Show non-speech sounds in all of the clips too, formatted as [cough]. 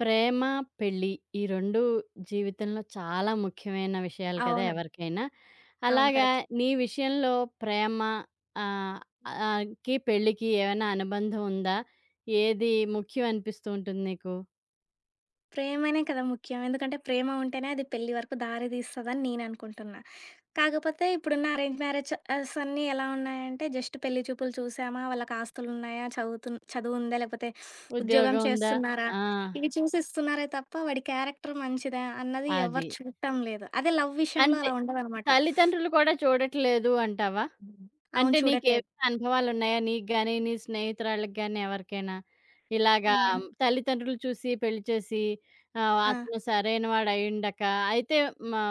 ప్రేమ, పెళ్లి ఈ 2 జీవితంలో చాలా ముఖ్యమైన విషయాలు కదా! అవును. ఎవరికైనా. అవును. అలాగా, కరెక్టే. నీ విషయంలో ప్రేమ ఆహ్, ఆహ్, కి పెళ్ళికి ఏమైనా అనుబంధం ఉందా? ఏది ముఖ్యం అనిపిస్తూ ఉంటుంది నీకు? ప్రేమనే కదా ముఖ్యం. ఎందుకంటే ప్రేమ ఉంటేనే అది పెళ్లి వరకు దారి తీస్తదని నేననుకుంటున్నా. కాకపోతే ఇప్పుడున్న అరేంజ్ మ్యారేజెస్ అన్నీ ఎలా ఉన్నాయంటే జస్ట్ పెళ్లి చూపులు చూసామా, వాళ్ళకి ఆస్తులున్నాయా, చదువుందా, లేకపోతే ఉద్యోగం ఉద్యోగం ఉందా? చేస్తున్నారా, ఆ! ఇవి చూసి ఇస్తున్నారే తప్ప వాడి క్యారెక్టర్ మంచిదా అన్నది అది. ఎవరు చూడటం లేదు. అదే లవ్ విషయంలో అంటే అలా ఉండదనమాట. తల్లిదండ్రులు కూడా చూడట్లేదు అంటావా? అవును అంటే చూడట్లేదు. నీకేమైనా అనుభవాలున్నాయా? నీకు గాని, నీ స్నేహితురాళ్ళకి గాని ఎవరికైనా? ఇలాగా, ఆ! తల్లిదండ్రులు చూసి పెళ్లి చేసి ఆ! అతను సరైన వాడయ్యుండక అయితే, మా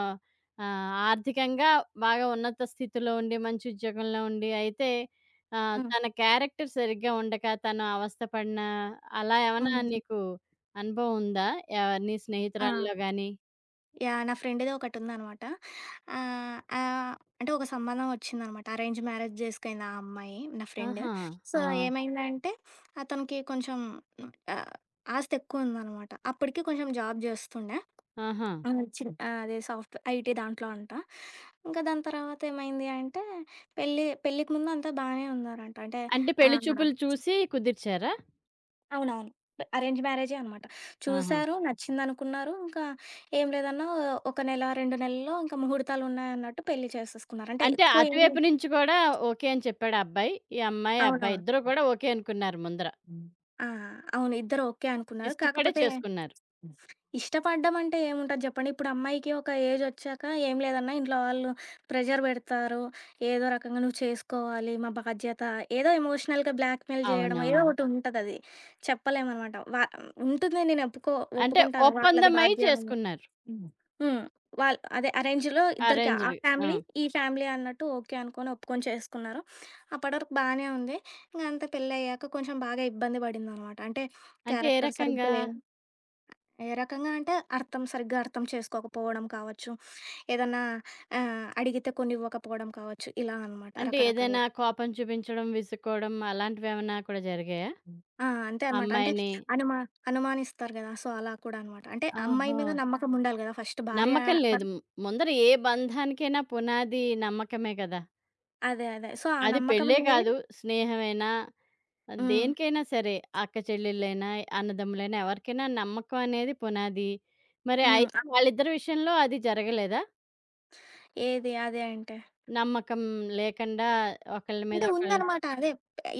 ఆర్థికంగా బాగా ఉన్నత స్థితిలో ఉండి, మంచి ఉద్యోగంలో ఉండి అయితే హ్మ్. తన క్యారెక్టర్ సరిగ్గా ఉండక తను అవస్థ పడిన, అలా ఏమన్నా హ్మ్. నీకు అనుభవం ఉందా? నీ ఆ! స్నేహితురాల్లో గాని? యాహ్! నా ఫ్రెండ్‌ది ఒకటుందనమాట. ఆహ్, ఆహ్, అంటే ఒక సంబంధం వచ్చిందనమాట. అరేంజ్ మ్యారేజ్ చేసుకుంది ఆ అమ్మాయి నా ఫ్రెండ్. ఆహా! సో, ఆ! ఏమైందంటే అతనికి కొంచెం ఆహ్, ఆస్తి ఎక్కువుందనమాట. అప్పటికి కొంచెం జాబ్ చేస్తుండే. ఆహా! అదే సాఫ్ట్ ఐటీ దాంట్లో అంట. ఇంకా దాని తర్వాత ఏమైంది అంటే పెళ్ళికి ముందు అంతా బానే ఉన్నారంట. అంటే అంటే పెళ్లి ఆహ్ చూపులు చూసి కుదిర్చారా? అవునవును. అరేంజ్ మ్యారేజే అనమాట. ఆహా! చూసారు, నచ్చిందనుకున్నారు. ఇంకా ఏం లేదన్నా ఒక నెల, 2 నెలల్లో ఇంకా ముహూర్తాలున్నాయన్నట్టు పెళ్లి చేసేసుకున్నారు. అంటే అంటే ఎక్కువ ఏమి. అటువైపు నుంచి కూడా ఓకే అని చెప్పాడు ఆ అబ్బాయి. ఈ అమ్మాయి, అబ్బాయి అవునవును. ఇద్దరు కూడా ఓకే అనుకున్నారు ముందర. హ్మ్. ఆ! అవును. ఇద్దరు ఓకే అనుకున్నారు. ఇష్టపడే కాకపోతే చేసుకున్నారు. హ్మ్. ఇష్టపడ్డం అంటే ఏముంటది జెప్పండి. ఇప్పుడు అమ్మాయికి ఒక ఏజొచ్చాక ఏం లేదన్నా ఇంట్లో వాళ్ళు ప్రెషర్ బెడతారు. ఏదో రకంగా నువ్వు చేసుకోవాలి, మా బాధ్యత ఏదో ఎమోషనల్‌గా బ్లాక్‌మెయిల్ జేయడం ఏదో అవునవును. ఒకటుంటదది. చెప్పలేమనమాట. ఉంటుంది నేను అంటే ఒప్పుకుంటాను. వాళ్ళది ఒప్పందమై బాధ్య చేసుకున్నారు. హ్మ్. హ్మ్. వాళ్ళు అదే అరేంజ్‌లో ఇద్దరికి ఆ అరేంజ్‌డ్. ఆ! ఫ్యామిలీ, ఈ ఫ్యామిలీ అన్నట్టు ఓకే అనుకోని, ఒప్పుకొని చేసుకున్నారు. అప్పటి వరకు బానే ఉంది. ఇంక అంతే పెళ్లయ్యాక కొంచెం బాగా ఇబ్బంది పడిందనమాట. అంటే అంటే ఏ క్యారెక్టర్ రకంగా? సరిగ్గా లేదు. ఏ రకంగా అంటే అర్థం సరిగ్గా అర్థం చేసుకోకపోవడం కావచ్చు, ఏదన్నా అడిగితే కొన్ని ఇవ్వకపోవడం కావచ్చు, ఇలా అనమాట అంటే ఏదైనా రకరకాలుగా. కోపం చూపించడం, విసుక్కోవడం అలాంటివేమన్నా కూడా జరిగాయా? ఆ! అంతే ఆ అనమాట. అంటే అమ్మాయిని అనుమా అనుమానిస్తారు గదా! సో, అలా కూడా అనమాట. అంటే అమ్మాయి ఓహో! మీద నమ్మకం ఉండాలి గదా! ఫస్ట్ భార్య నమ్మకం లేదు. పర్ ముందర ఏ బంధానికైనా పునాది నమ్మకమే కదా! అదే. అదే. సో, ఆ అది నమ్మకం పెళ్ళే అనేది కాదు, స్నేహమైనా హ్మ్. దేనికైనా సరే, అక్క చెల్లెళ్ళైనా, అన్నదమ్ములైనా ఎవరికైనా నమ్మకం అనేది పునాది. మరి హ్మ్. అయితే అవును. వాళ్ళిద్దరి విషయంలో అది జరగలేదా? ఏది అదే అంటే? నమ్మకం లేకుండా ఒకళ్ళ మీద అంటే ఒకళ్ళు. ఉందనమాట. అదే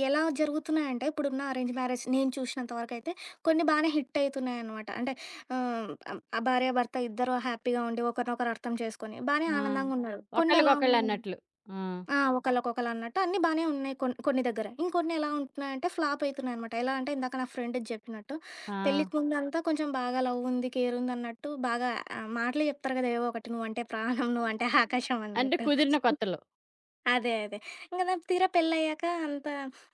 ఎలా జరుగుతున్నాయంటే ఇప్పుడున్న అరేంజ్ మ్యారేజ్ నేను చూసినంత వరకైతే కొన్ని బానే హిట్ అయితున్నాయనమాట. అంటే ఆహ్, ఆ భార్యాభర్త ఇద్దరు హ్యాపీగా ఉండి ఒకరినొకరు అర్థం చేసుకొని బానే ఆ! ఆనందంగా ఉన్నారు. కొన్ని ఎలా ఒకళ్ళకొకళ్ళు ఉన్నాయి. అన్నట్లు. ఆ! ఆ! ఒకళ్ళకొకళ్ళు అన్నట్టు అన్నీ బానే ఉన్నాయి కొన్ని దగ్గర. ఇంకొన్ని ఎలా ఉంటున్నాయంటే ఫ్లాప్ అయితున్నాయనమాట. ఎలా అంటే ఇందాక నా ఫ్రెండ్‌కి చెప్పినట్టు ఆ! పెళ్ళికి ముందంతా కొంచెం బాగా లవ్ ఉంది, కేర్ ఉంది అన్నట్టు బాగా మాటలు చెప్తారు కదా! ఏవో ఒకటి నువ్వంటే ప్రాణం, నువ్వంటే ఆకాశం అంటే అన్నట్టు. కుదిరిన కొత్తలో. అదే. అదే. ఇంక నాకు తీరా పెళ్ళయ్యాక అంత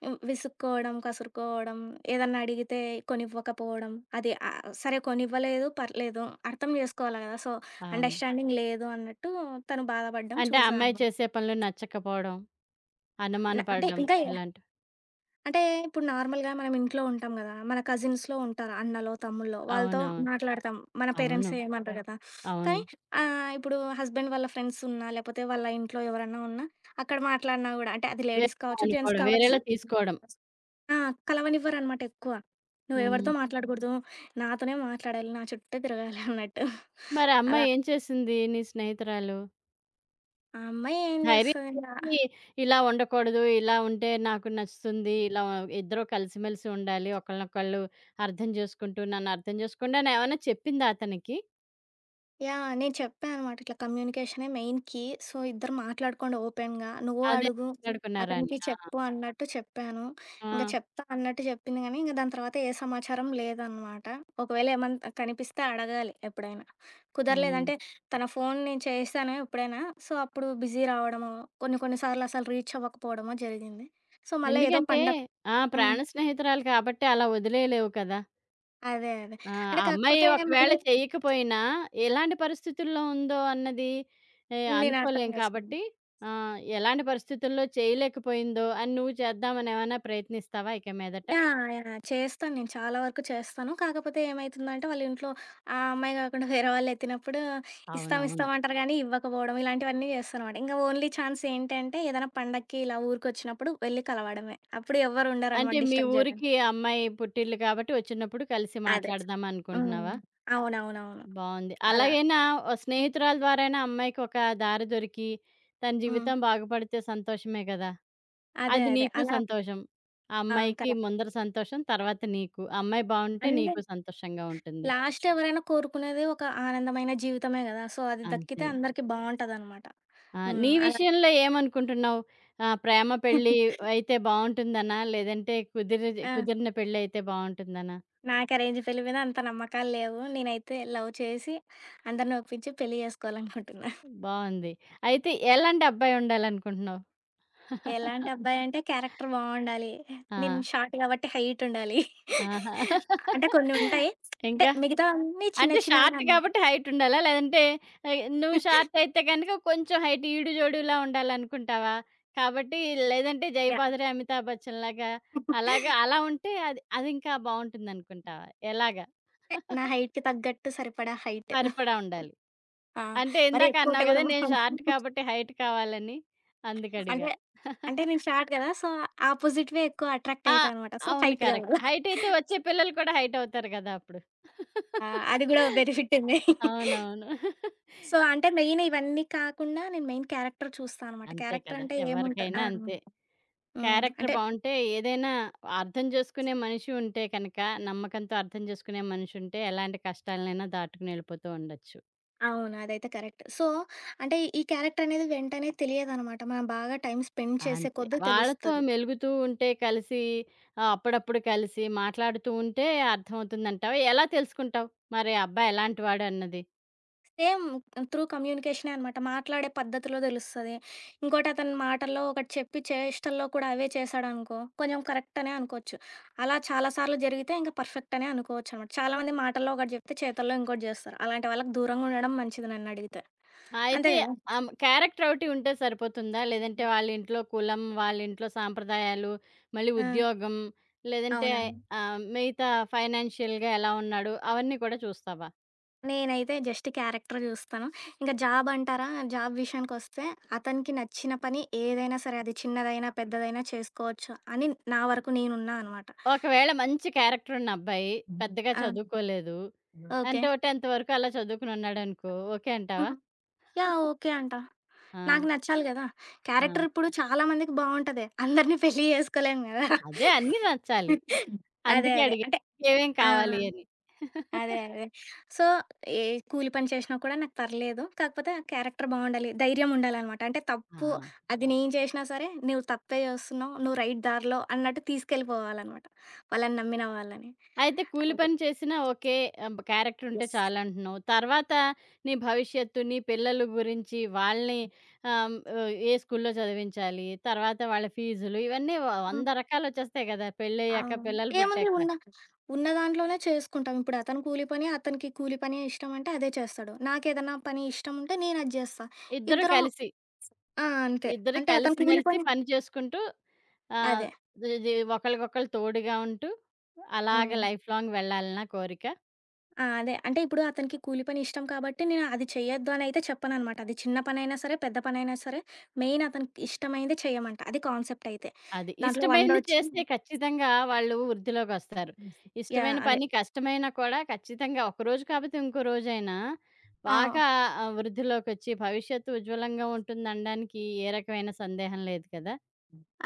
విసుక్కోవడం, కసురుకోవడం, ఏదన్నా అడిగితే కొనివ్వకపోవడం. అది సరే కొనివ్వలేదు, పర్లేదు. అర్థం జేసుకోవాలి గదా! సో, అవును. అండర్‌స్టాండింగ్ లేదు అన్నట్టు తను బాధపడడం అంటే ఆ చూసా అమ్మాయి అనమాట. చేసే పనులు నచ్చకపోవడం, అనుమాన అంటే పడడం ఇంకా ఇలాంటివి. అంటే ఇప్పుడు నార్మల్‌గా మనం ఇంట్లో ఉంటాం గదా! మన కజిన్స్‌లో ఉంటారు. అన్నలో, తమ్ముళ్ళో వాళ్ళతో అవునవును. మాట్లాడతాం. మన అవును. పేరెంట్సే ఏమనరు అవును. గదా! అవును. కానీ ఇప్పుడు హస్బెండ్ వాళ్ళ ఫ్రెండ్స్ ఉన్నా, లేపోతే వాళ్ళ ఇంట్లో ఎవరన్నా ఉన్నా అక్కడ మాట్లాడినా గూడా అంటే అది లేడీస్ వేరేలా కావచ్చు, జెంట్స్ అనుకోవడం, కావచ్చు. వేరేలా తీసుకోవడం. ఆ! కలవనివ్వరనమాట ఎక్కువ. హ్మ్. నువ్వెవరితో మాట్లాడకూడదు. నాతోనే మాట్లాడాలి. నా చుట్టే తిరగాలి అన్నట్టు. మరి ఆ అలా. అమ్మాయి ఏం చేసింది నీ స్నేహితురాలు? ఆ అమ్మాయి ఏం ధైర్యం జేస్తదింక? చెప్పి ఇలా ఉండకూడదు. ఇలా ఉంటే నాకు నచ్చుతుంది. ఇలా ఇద్దరు కలిసిమెలిసి ఉండాలి. ఒకళ్ళనొకళ్ళు అర్థం చేసుకుంటూ నన్నర్థం చేసుకోండి అని ఏమన్నా చెప్పిందా అతనికి? యాహ్! నేను చెప్పా అనమాట. ఇట్లా కమ్యూనికేషనే మెయిన్ కీ. సో, ఇద్దరు మాట్లాడుకోండి ఓపెన్‌గా. నువ్వు అదే అడుగు, మాట్లాడుకున్నారా అని. అతనికి ఆ! చెప్పు అన్నట్టు చెప్పాను. ఆ! ఇంక చెప్తా అన్నట్టు చెప్పింది గానీ, ఇంక దాని తర్వాత ఏ సమాచారం లేదనమాట. ఒకవేళ ఏమన్నా కనిపిస్తే అడగాలి ఎప్పుడైనా. హ్మ్. కుదరలేదంటే తన ఫోన్ నేను చేశాను ఎప్పుడైనా. సో, అప్పుడు బిజీ రావడమో, కొన్ని కొన్ని సార్లు అసలు రీచ్ అవ్వకపోవడమో జరిగింది. సో, మళ్ళా ఏదో ఎందుకంటే పండగ. ఆ! హ్మ్. ప్రాణ స్నేహితురాలు కాబట్టి అలా వదిలేయలేవు కదా! అదే. అదే. ఆ! అంటే ఆ అమ్మాయి కాకపోతే మరీ ఒకవేళ చేయకపోయినా ఎలాంటి పరిస్థితుల్లో ఉందో అన్నది నేను అర్థం అనుకోలేం చేసుకున్నా. కాబట్టి ఆ! ఎలాంటి పరిస్థితుల్లో చేయలేకపోయిందో అని నువ్వు చేద్దామని ఏమైనా ప్రయత్నిస్తావా ఇక మీదట? యాహ్! యాహ్! చేస్తాను నేను. చాలా వరకు చేస్తాను. కాకపోతే ఏమైతుందంటే వాళ్ళ ఇంట్లో ఆ అమ్మాయి కాకుండా [laughs] వేరే వాళ్ళెత్తినప్పుడు ఇస్తాం, అవునవును. ఇస్తాం అంటారు గానీ ఇవ్వకపోవడం ఇలాంటివన్నీ చేస్తానమాట. ఇంక ఓన్లీ ఛాన్స్ ఏంటంటే ఏదైనా పండక్కి ఇలా ఊరికొచ్చినప్పుడు వెళ్లి కలవడమే. అప్పుడు ఎవ్వరు అంటే ఉండరనమాట మీ డిస్టర్బ్ జేయడానికి. ఊరికి అమ్మాయి పుట్టిల్లు కాబట్టి వచ్చినప్పుడు కలిసి అదే. మాట్లాడదాం హ్మ్. అనుకుంటున్నావా? అవునవునవును. బావుంది. అలా. అలాగైనా ఓ స్నేహితురాలు ద్వారాయినా అమ్మాయికొక దారి దొరికి, తన హ్మ్. జీవితం బాగుపడితే సంతోషమే గదా! అదే. అది అదే. నీకు అలా. సంతోషం. ఆ ఆ! అమ్మాయికి కరెక్ట్. ముందర సంతోషం, తర్వాత నీకు. ఆ అమ్మాయి బావుంటే అంటే నీకు సంతోషంగా ఉంటుంది. లాస్ట్ ఎవరైనా కోరుకునేది ఒక ఆనందమైన జీవితమే గదా! సో, అది దక్కితే అంతే. అందరికి బావుంటదనమాట. ఆ! నీ హ్మ్. అలా. విషయంలో ఏమనుకుంటున్నావు? ప్రేమ పెళ్లి [laughs] అయితే బావుంటుందనా? లేదంటే ఆ! కుదిరిన పెళ్లయితే బావుంటుందనా? నాకు అరేంజ్ పెళ్లి మీద అంత నమ్మకాలు లేవు. నేనైతే లవ్ చేసి అందరిని ఒప్పించి పెళ్లి చేసుకోవాలనుకుంటున్నా. బావుంది. అయితే ఎలాంటి అబ్బాయి ఉండాలనుకుంటున్నావు? ఎలాంటి అబ్బాయి అంటే క్యారెక్టర్ బావుండాలి. నేను ఆ! షార్ట్ కాబట్టి హైట్ ఉండాలి. ఆహా! అంటే కొన్ని ఉంటాయి. అంటే ఇంకా? మిగతావన్నీ చిన్న అంటే చిన్నవే షార్ట్ అనమాట. కాబట్టి హైట్ ఉండాలా? లేదంటే నువ్వు షార్ట్ అయితే గనక కొంచెం హైట్ ఈడు జోడులా ఉండాలనుకుంటావా? కాబట్టి లేదంటే యాహ్! 'జయబాదురే', 'అమితాబ్ బచ్చన్' లాగా అలాగా అలా ఉంటే అది అది ఇంకా బావుంటుందనుకుంటావా? ఎలాగా? అంటే నా హైట్‌కి తగ్గట్టు సరిపడా హైట్. సరిపడా ఉండాలి. ఆ! అంటే మరి ఇందాక ఎక్కువ ఉంటే అన్నావు కూడా గదా! నేను షార్ట్ బాగోదు. కాబట్టి హైట్ కావాలని అందుకడిగా. అంటే అంటే నేను షార్ట్ కదా! సో, ఆపోజిట్‌వే ఎక్కువ అట్రాక్ట్ ఆ! అయితా అనమాట. సో, అవును. Height correct. కావాలి. హైట్ అయితే వచ్చే పిల్లలు కూడా హైట్ అవుతారు కదా! అప్పుడు. ఆ! అది కూడా బెనిఫిట్ ఉంది. అవునవును. సో, అంటే మెయిన్ ఇవన్నీ కాకుండా నేను మెయిన్ క్యారెక్టర్ చూస్తా అనమాట. అంతే క్యారెక్టర్ కదా! అంటే ఏముంటది ఎవరికైనా ఆ! అంతే. హ్మ్. క్యారెక్టర్ అంటే బావుంటే ఏదైనా అర్థం చేసుకునే మనిషి ఉంటే కనుక, నమ్మకంతో అర్థం చేసుకునే మనిషి ఉంటే ఎలాంటి కష్టాలనైనా దాటుకుని ఎళ్ళిపోతూ ఉండొచ్చు. అవును. అదైతే కరెక్ట్. సో, అంటే ఈ క్యారెక్టర్ అనేది వెంటనే తెలియదనమాట. మనం బాగా టైమ్ స్పెండ్ చేసే అంతే. కొద్దీ వాళ్ళతో తెలుస్తది. మెలుగుతూ ఉంటే కలిసి అప్పుడప్పుడు కలిసి మాట్లాడుతూ ఉంటే అర్థమవుతుందంటావా? ఎలా తెలుసుకుంటావు? మరి ఆ అబ్బాయి ఎలాంటివాడు అన్నది? సేమ్ త్రూ కమ్యూనికేషనే అనమాట. మాట్లాడే పద్ధతిలో తెలుస్తది. ఇంకోటి అతని మాటల్లో ఒకటి చెప్పి, చేష్టల్లో కూడా అవే చేశాడనుకో, కొంచెం కరెక్ట్ అనే అనుకోవచ్చు. అలా చాలా సార్లు జరిగితే ఇంక పర్ఫెక్ట్ అనే అనుకోవచ్చనమాట. చాలామంది మాటల్లో ఒకటి చెప్తే, చేతల్లో ఇంకోటి జేస్తారు. అలాంటి వాళ్ళకి దూరంగా ఉండడం మంచిది నన్నడిగితే. అయితే అంతే గదా! ఆమ్ క్యారెక్టర్ ఒకటి ఉంటే సరిపోతుందా? లేదంటే వాళ్ళ ఇంట్లో కులం, వాళ్ళ ఇంట్లో సాంప్రదాయాలు, మళ్ళీ ఆ! ఉద్యోగం, లేదంటే అవునవును. మిగతా ఫైనాన్షియల్‌గా ఎలా ఉన్నాడు, అవన్నీ కూడా చూస్తావా? నేనైతే జస్ట్ క్యారెక్టర్ జూస్తాను. ఇంక జాబ్ అంటారా? జాబ్ విషయానికొస్తే, అతనికి నచ్చిన పని ఏదైనా సరే, అది చిన్నదైనా, పెద్దదైనా చేసుకోవచ్చు అని నా వరకు నేనున్నా అనమాట. ఒకవేళ మంచి క్యారెక్టర్ ఉన్న అబ్బాయి, పెద్దగా ఆ! చదువుకోలేదు. ఓకే. అంటే ఓ 10థ్ వరకు అలా చదువుకొనున్నాడనుకో, ఓకే అంటావా? హ్మ్. యాహ్! ఓకే అంట. ఆ! నాకు నచ్చాలి గదా! ఆ! క్యారెక్టర్ ఇప్పుడు చాలా మందికి బావుంటది. అందరిని పెళ్లి చేసుకోలేము గదా! అదే అన్నీ నచ్చాలి. అదే. అందుకే అదే. అడిగాను. అంటే ఏమేం ఆ! కావాలి అని. అదే. [laughs] అదే. సో, ఏ కూలి పని చేషినా కూడా నాకు పర్లేదు. కాకపోతే ఆ క్యారెక్టర్ బావుండాలి. ధైర్యం ఉండాలనమాట. అంటే ఆ! తప్పు అది నేను చేషినా సరే, నువ్వు తప్పే చేస్తున్నావు. నువ్వు రైట్ దారిలో అన్నట్టు తీసుకెళ్ళిపోవాలనమాట. వాళ్ళని నమ్మిన వాళ్ళని. అయితే కూలి అదే. పని చేసినా ఓకే. క్యారెక్టర్ ఉంటే యెస్. చాలంటున్నావు. తర్వాత నీ భవిష్యత్తు, నీ పిల్లల గురించి వాళ్ళని ఆహ్, హ్మ్, ఏ స్కూల్‌లో చదివించాలి, తర్వాత వాళ్ళ ఫీజులు ఇవన్నీ వంద హ్మ్. రకాలొచ్చేస్తాయి కదా! పెళ్ళయ్యాక, అవును. పిల్లలు ఏముంది పుట్టాక. ఉన్న ఉన్న దాంట్లోనే చేసుకుంటాం. ఇప్పుడు అతను కూలి పని, అతనికి కూలి పని ఇష్టమంటే అదే చేస్తాడు. నాకేదన్నా పని ఇష్టం ఉంటే నేను అది చేస్తా. ఇద్దరు ఇద్దరం కలిసి, ఆ! అంతే. ఇద్దరు అంటే అతను కూలి కలిసిమెలిసి పని పని చేసుకుంటూ ఆహ్, అదే. ఇది ఒకళ్ళకొకళ్ళు తోడుగా ఉంటూ అలాగ హ్మ్. లైఫ్ లాంగ్ వెళ్ళాలని నా కోరిక. ఆ! అదే. అంటే ఇప్పుడు అతనికి కూలి పని ఇష్టం కాబట్టి నేను అది చెయ్యొద్దు అనయితే చెప్పననమాట. అది చిన్న పనైనా సరే, పెద్ద పనైనా సరే మెయిన్ అతనికి ఇష్టమైందే చెయ్యమంట. అది కాన్సెప్ట్ అయితే. అది. దాంట్లో ఇష్టమైనది వండొచ్చు. చేస్తే ఖచ్చితంగా వాళ్ళు వృద్ధిలోకొస్తారు. యాహ్! ఇష్టమైన అదే. పని కష్టమైనా కూడా ఖచ్చితంగా ఒకరోజు కాకపోతే ఇంకో రోజైనా ఆ! బాగా వృద్ధిలోకొచ్చి భవిష్యత్తు ఉజ్వలంగా ఉంటుందనడానికి ఏ రకమైన సందేహం లేదు కదా!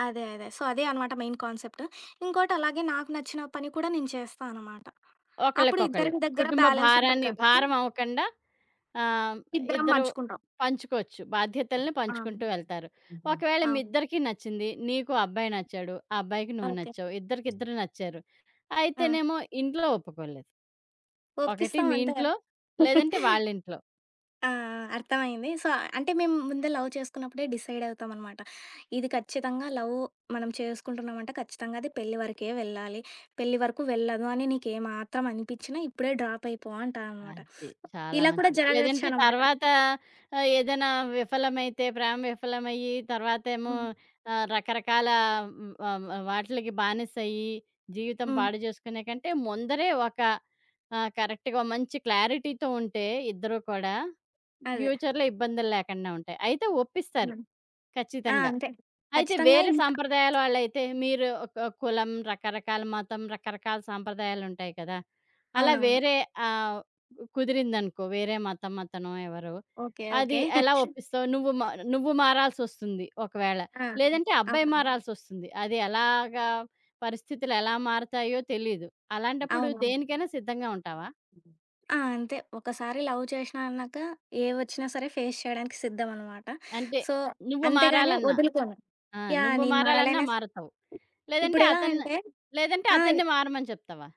అదే. అదే. సో, అదే అనమాట మెయిన్ కాన్సెప్ట్. ఇంకోటి అలాగే నాకు నచ్చిన పని కూడా నేను చేస్తా అనమాట. అప్పుడు ఇద్దరి ఒకళ్ళకొకళ్ళు. దగ్గర కుటుంబ బ్యాలెన్స్ ఉంటది భారాన్ని కాబట్టి భారం అవ్వకుండా ఆహ్, ఇద్దరం ఇద్దరు పంచుకుంటాం. పంచుకోవచ్చు. బాధ్యతల్ని ఆ! పంచుకుంటూ వెళ్తారు. హ్మ్. ఒకవేళ మీ అవును. ఇద్దరికీ నచ్చింది. నీకు ఆ అబ్బాయి నచ్చాడు. ఆ అబ్బాయికి నువ్వు ఓకే. నచ్చావు. ఇద్దరికిద్దరు నచ్చారు. ఆ! అయితేనేమో ఇంట్లో ఒప్పుకోలేదు. ఒకటి ఒప్పిస్తాం మీ అంతే. ఇంట్లో, లేదంటే వాళ్ళింట్లో. ఆ! ఆ! అర్థమైంది. సో, అంటే మేము ముందే లవ్ చేసుకున్నప్పుడే డిసైడ్ అవుతాం అనమాట. ఇది ఖచ్చితంగా లవ్ మనం చేసుకుంటున్నామంటే ఖచ్చితంగా అది పెళ్లి వరకే వెళ్ళాలి. పెళ్లి వరకు వెళ్ళదు అని నీకేమాత్రం అనిపించినా ఇప్పుడే డ్రాప్ అయిపో అంటా అనమాట. అది. చాలా ఇలా కూడా మంచిది. లేదంటే జరగొచ్చనమాట. తర్వాత ఏదైనా విఫలమైతే, ప్రేమ విఫలమయ్యి తర్వాతేమో హ్మ్. ఆహ్, రకరకాల హ్మ్, ఆహ్, వాటిలకి బానిసయ్యి జీవితం హ్మ్. పాడు జేసుకునే కంటే ముందరే ఒక కరెక్ట్‌గా ఓ మంచి క్లారిటీతో ఉంటే ఇద్దరు కూడా అదే. ఫ్యూచర్‌లో ఇబ్బందులు లేకుండా ఉంటాయి. అయితే ఒప్పిస్తారు హ్మ్. ఆ! ఖచ్చితంగా. అంతే. అయితే ఖచ్చితంగా వేరే ఇన్ సాంప్రదాయాల వాళ్ళైతే మీరు ఒక కులం, రకరకాల మతం, రకరకాల సాంప్రదాయాలుంటాయి కదా! అలా అవునవును. వేరే ఆహ్, కుదిరిందనుకో వేరే మతం అతనో ఎవరో, ఓకే. అది ఓకే. ఎలా ఒప్పిస్తావు? నువ్వు మారాల్సొస్తుంది ఒకవేళ. ఆ! లేదంటే అబ్బాయి అవునవును. మారాల్సొస్తుంది. అది ఎలాగా పరిస్థితులు ఎలా మారతాయో తెలీదు. అలాంటప్పుడు అవునవును. దేనికైనా సిద్ధంగా ఉంటావా? ఆ! అంతే. ఒకసారి లవ్ చేసినా అన్నాక ఏవొచ్చినా సరే ఫేస్ చేయడానికి సిద్ధమనమాట. అంటే సో, నువ్వు అంతేగాని మారాలన్నా వదులుకోను. ఆ! యాహ్! నువ్వు నేను మారాలన్నా మారాలనే మారతావు. లేదంటే ఇప్పుడు ఎలా అతన్ని అంటే లేదంటే ఆ! అతన్ని మారమని చెప్తావా?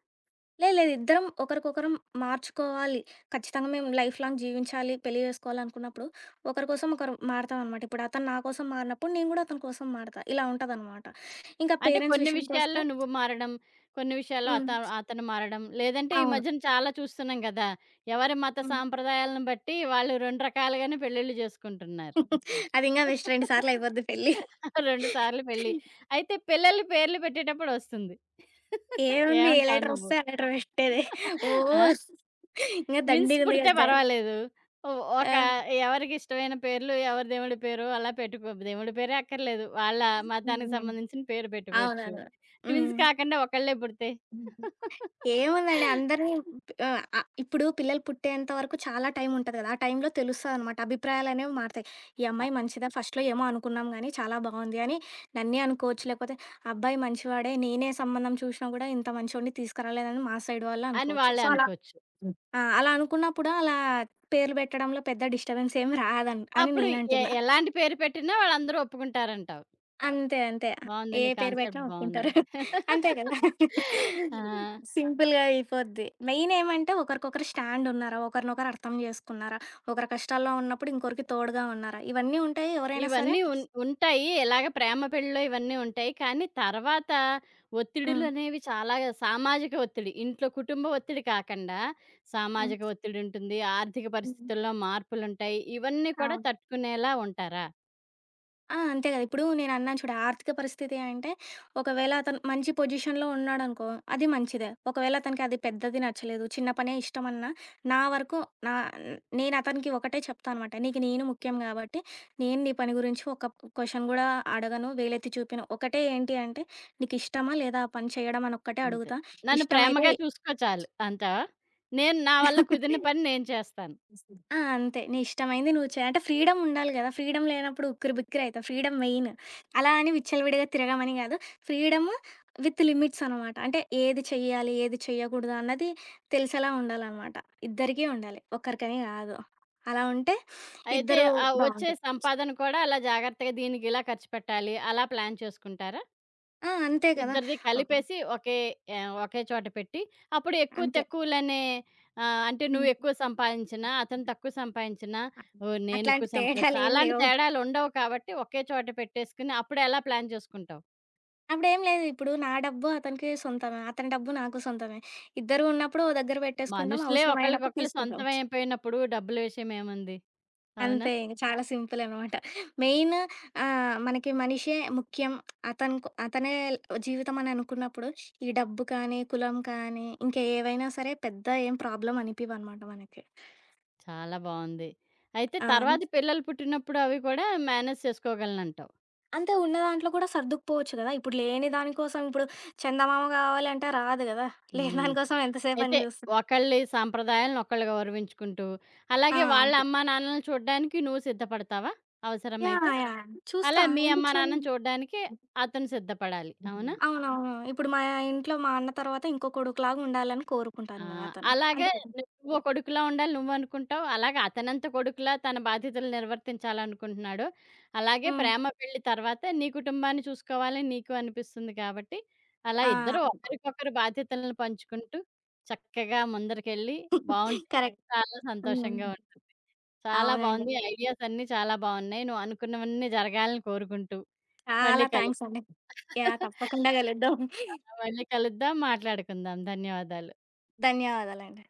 లేదు లేదు. ఇద్దరం ఒకరికొకరం మార్చుకోవాలి. ఖచ్చితంగా మేము లైఫ్ లాంగ్ జీవించాలి, పెళ్లి చేసుకోవాలనుకున్నప్పుడు ఒకరి కోసం ఒకరు మారతామనమాట. ఇప్పుడు అతను నా కోసం మారినప్పుడు నేను గూడా అతని కోసం మారతా. ఇలా ఉంటదనమాట. ఇంకా అంటే పేరెంట్స్ కొన్ని విషయాల్లో విషయానికొస్తే నువ్వు మారడం, కొన్ని విషయాల్లో హ్మ్. అతను మారడం. లేదంటే ఈ అవును. మధ్యన చాలా చూస్తున్నాం గదా! ఎవరి మత హ్మ్. సాంప్రదాయాలను బట్టి వాళ్ళు 2 రకాలుగానే పెళ్ళిళ్ళు జేసుకుంటున్నారు. [laughs] అది ఇంగా బెస్ట్ 2 సార్లు అయిపోద్ది పెళ్లి. 2 [laughs] సార్లు పెళ్లి. అయితే పిల్లల పేర్లు పెట్టేటప్పుడు ఒస్తుంది. [laughs] ఏముంది ఏ ఏమంటావు నువ్వు? లెటరొస్తే ఆ లెటర్ పెట్టేదే. ఓ [laughs] ఆ! ఇంగ విన్స్ దండిగుంది పుడితే కదా! పర్వాలేదు. ఒ ఒక ఆ! ఎవరికిష్టమైన పేర్లు, ఎవరి దేవుడి పేరో అలా పెట్టుకో దేవుడి పేరే అక్కర్లేదు. వాళ్ళ మతానికి హ్మ్. సంబంధించిన పేరు పెట్టుకోవచ్చు. అవునవును. ట్విన్స్ కాకుండా ఒకళ్ళే పుడితే హ్మ్. ఏముందండి అందరిని ఆహ్, అ ఇప్పుడు పిల్లలు పుట్టేంత వరకు చాలా టైం ఉంటది కదా! ఆ టైంలో తెలుస్తదనమాట. అభిప్రాయాలనేవి మారతాయి. ఈ అ అమ్మాయి మంచిదా? ఫస్ట్‌లో ఏమో అనుకున్నాం గానీ, చాలా బావుంది అని నన్నే అనుకోవచ్చు. లేకపోతే అబ్బాయి మంచివాడే. నేనే సంబంధం చూషినా గూడా ఇంత మంచోడిని తీసుకురాలేదని మా సైడ్ వాళ్ళు అని అనుకోవచ్చు. వాళ్ళే సో, అలా అనుకోవచ్చు. ఆ! అలా అనుకున్నప్పుడు అలా పేర్లు పెట్టడంలో పెద్ద డిస్టర్బెన్స్ ఏమి అని అప్పుడు నేనంటున్నా. ఎలాంటి పేరు పెట్టినా వాళ్ళందరూ ఒప్పుకుంటారంటావు. అంతే. అంతే. బావుంది. ఏ నీ పేరు పెట్టినా కాన్సెప్ట్ బావుంది. ఒప్పుకుంటారు. అంతే కదా! [laughs] ఆ! సింపుల్‌గా అయిపోద్ది. మెయిన్ ఏమంటే ఒకరికొకరు స్టాండ్ ఉన్నారా? ఒకరినొకరు అర్థం చేసుకున్నారా? ఒకరు కష్టాల్లో ఉన్నప్పుడు ఇంకొకరికి తోడుగా ఉన్నారా? ఇవన్నీ ఉంటాయి. ఎవరైనా సరే ఇవన్నీ ఉన్ ఉంటాయి. ఇలాగ ప్రేమ పెళ్ళిలో ఇవన్నీ ఉంటాయి. కానీ తర్వాత హ్మ్. ఒత్తిడులనేవి చాలా సామాజిక ఒత్తిడి. ఇంట్లో కుటుంబ ఒత్తిడి కాకండా హ్మ్. సామాజిక ఒత్తిడుంటుంది. ఆర్థిక హ్మ్. పరిస్థితుల్లో మార్పులుంటాయి. ఇవన్నీ కూడా అవును. తట్టుకునేలా ఉంటారా? ఆ! అంతే గదా! ఇప్పుడు నేనన్నాను చూడు ఆర్థిక పరిస్థితి అంటే, ఒకవేళ అతను మంచి పొజిషన్‌లో ఉన్నాడనుకో, అది మంచిదే. ఒకవేళ అతనికి అది పెద్దది నచ్చలేదు, చిన్న పనే ఇష్టమన్నా, నా వరకు నా నేను అతనికి ఒకటే చెప్తా అనమాట. నీకు నేను ముఖ్యం గాబట్టి, నేను నీ పని గురించి ఒక క్వెషన్ గూడా అడగను, వేలెత్తి చూపను. ఒకటే ఏంటి అంటే, నీకిష్టమా లేదా ఆ పని చేయడం అనొక్కటే అంతే. అడుగుతా. నన్ను ఇష్టమైతే ప్రేమగా చూసుకో చాలు అంటావా? నేను నా వల్ల కుదిరిన పని నేను చేస్తాను. ఆ! అంతే. నీ ఇష్టమైంది నువ్వు చేయి. అంటే ఫ్రీడమ్ ఉండాలి గదా! ఫ్రీడమ్ లేనప్పుడు ఉక్కిరి బిక్కిరి అయితావు. Freedom main. అలా అని విచ్చలవిడిగా తిరగమని గాదు. ఫ్రీడమ్ విత్ లిమిట్స్ అనమాట. అంటే ఏది చెయ్యాలి, ఏది చెయ్యకూడదు అన్నది తెలిసేలా ఉండాలనమాట. ఇద్దరికీ ఉండాలి. ఒక్కరికని గాదు. అలా ఉంటే అయితే ఇద్దరూ ఆ వచ్చే బావుంటారు. సంపాదన కూడా అలా జాగ్రత్తగా దీనికిలా ఖర్చు పెట్టాలి అలా ప్లాన్ చేసుకుంటారా? ఆ! అంతే కదా! ఇద్దరిది హ్మ్. కలిపేసి ఒకే ఒకే చోట పెట్టి, అప్పుడు ఎక్కువ అంతే. తక్కువలనే అంటే హ్మ్. నువ్వెక్కువ సంపాదించినా, అతను తక్కువ సంపాదించినా, ఓహ్! అట్లాంటి నేనెక్కువ సంపాదిస్తా తేడాలేం అలాంటి లేవు. తేడాలుండవు కాబట్టి, ఒకే చోట పెట్టేసుకుని అప్పుడెలా ప్లాన్ చేసుకుంటావు? అప్పుడేం లేదు. ఇప్పుడు నా డబ్బు అతనికి సొంతమే. అతని డబ్బు నాకు సొంతమే. ఇద్దరు ఉన్నప్పుడు ఓ దగ్గర పెట్టేసుకుంటాం. మనుషులే అవసరమైనప్పుడు ఒకళ్ళకొకళ్ళు తీసుకుంటాం. సొంతమైపోయినప్పుడు డబ్బుల విషయం ఏముంది? అవునా? అంతే ఇంక చాలా సింపుల్ అనమాట. మెయిన్ మనకి మనిషే ముఖ్యం. అతనుకు అతనే జీవితం అని అనుకున్నప్పుడు, ఈ డబ్బు కానీ, కులం కానీ, ఇంకా ఏవైనా సరే పెద్ద ఏం ప్రాబ్లమ్ అనిపివనమాట మనకి. చాలా బావుంది. అయితే ఆ! తర్వాత పిల్లలు పుట్టినప్పుడు అవి కూడా మేనేజ్ చేసుకోగలనంటావు. అంతే ఉన్న దాంట్లో కూడా సర్దుకుపోవచ్చు కదా! ఇప్పుడు లేని దానికోసం ఇప్పుడు చందమామ కావాలంటే రాదు కదా! లేని హ్మ్. దానికోసం అయితే ఎంతసేపని చూస్తాం. ఒకళ్ళ సాంప్రదాయాలను ఒకళ్ళు గౌరవించుకుంటూ, ఆ! అలాగే వాళ్ళ అంతే. అమ్మా నాన్నలను చూడ్డానికి నువ్వు సిద్ధపడతావా యాహ్! అవసరమైతే? యాహ్! అలా చూస్తా. మీ ఎందుకు అమ్మా నాన్నని చూడను? చూడ్డానికి అతను సిద్ధపడాలి. అవునా? అవునవును. ఇప్పుడు మా ఇంట్లో మా అన్న తర్వాత ఇంకో కొడుకులాగా ఉండాలని ఆ! కోరుకుంటాను నేను అతన్ని. అలాగే అంతే కదా! నువ్వో కొడుకులా ఉండాలి నువ్వనుకుంటావు. అలాగే అతనంత కొడుకులా తన బాధ్యతలు నిర్వర్తించాలనుకుంటున్నాడు. అలాగే హ్మ్. ప్రేమ పెళ్లి తర్వాత నీ కుటుంబాన్ని చూసుకోవాలని నీకు అనిపిస్తుంది కాబట్టి, అలా ఆ! ఇద్దరు ఒకరికొకరు బాధ్యతలను పంచుకుంటూ చక్కగా ముందరికెళ్ళి [laughs] బావుంటే కరెక్ట్. చాలా హ్మ్. సంతోషంగా చాలా అవునండి. బావుంది. ఐడియాస్ అన్నీ చాలా బావున్నాయి. నువ్వు అనుకున్నవన్నీ జరగాలని కోరుకుంటూ, మళ్ళీ చాలా కలు థాంక్స్ అండి. యాహ్! తప్పకుండా [laughs] కలుద్దాం. ఆ! మళ్ళీ కలుద్దాం. మాట్లాడుకుందాం. ధన్యవాదాలు. ధన్యవాదాలండి.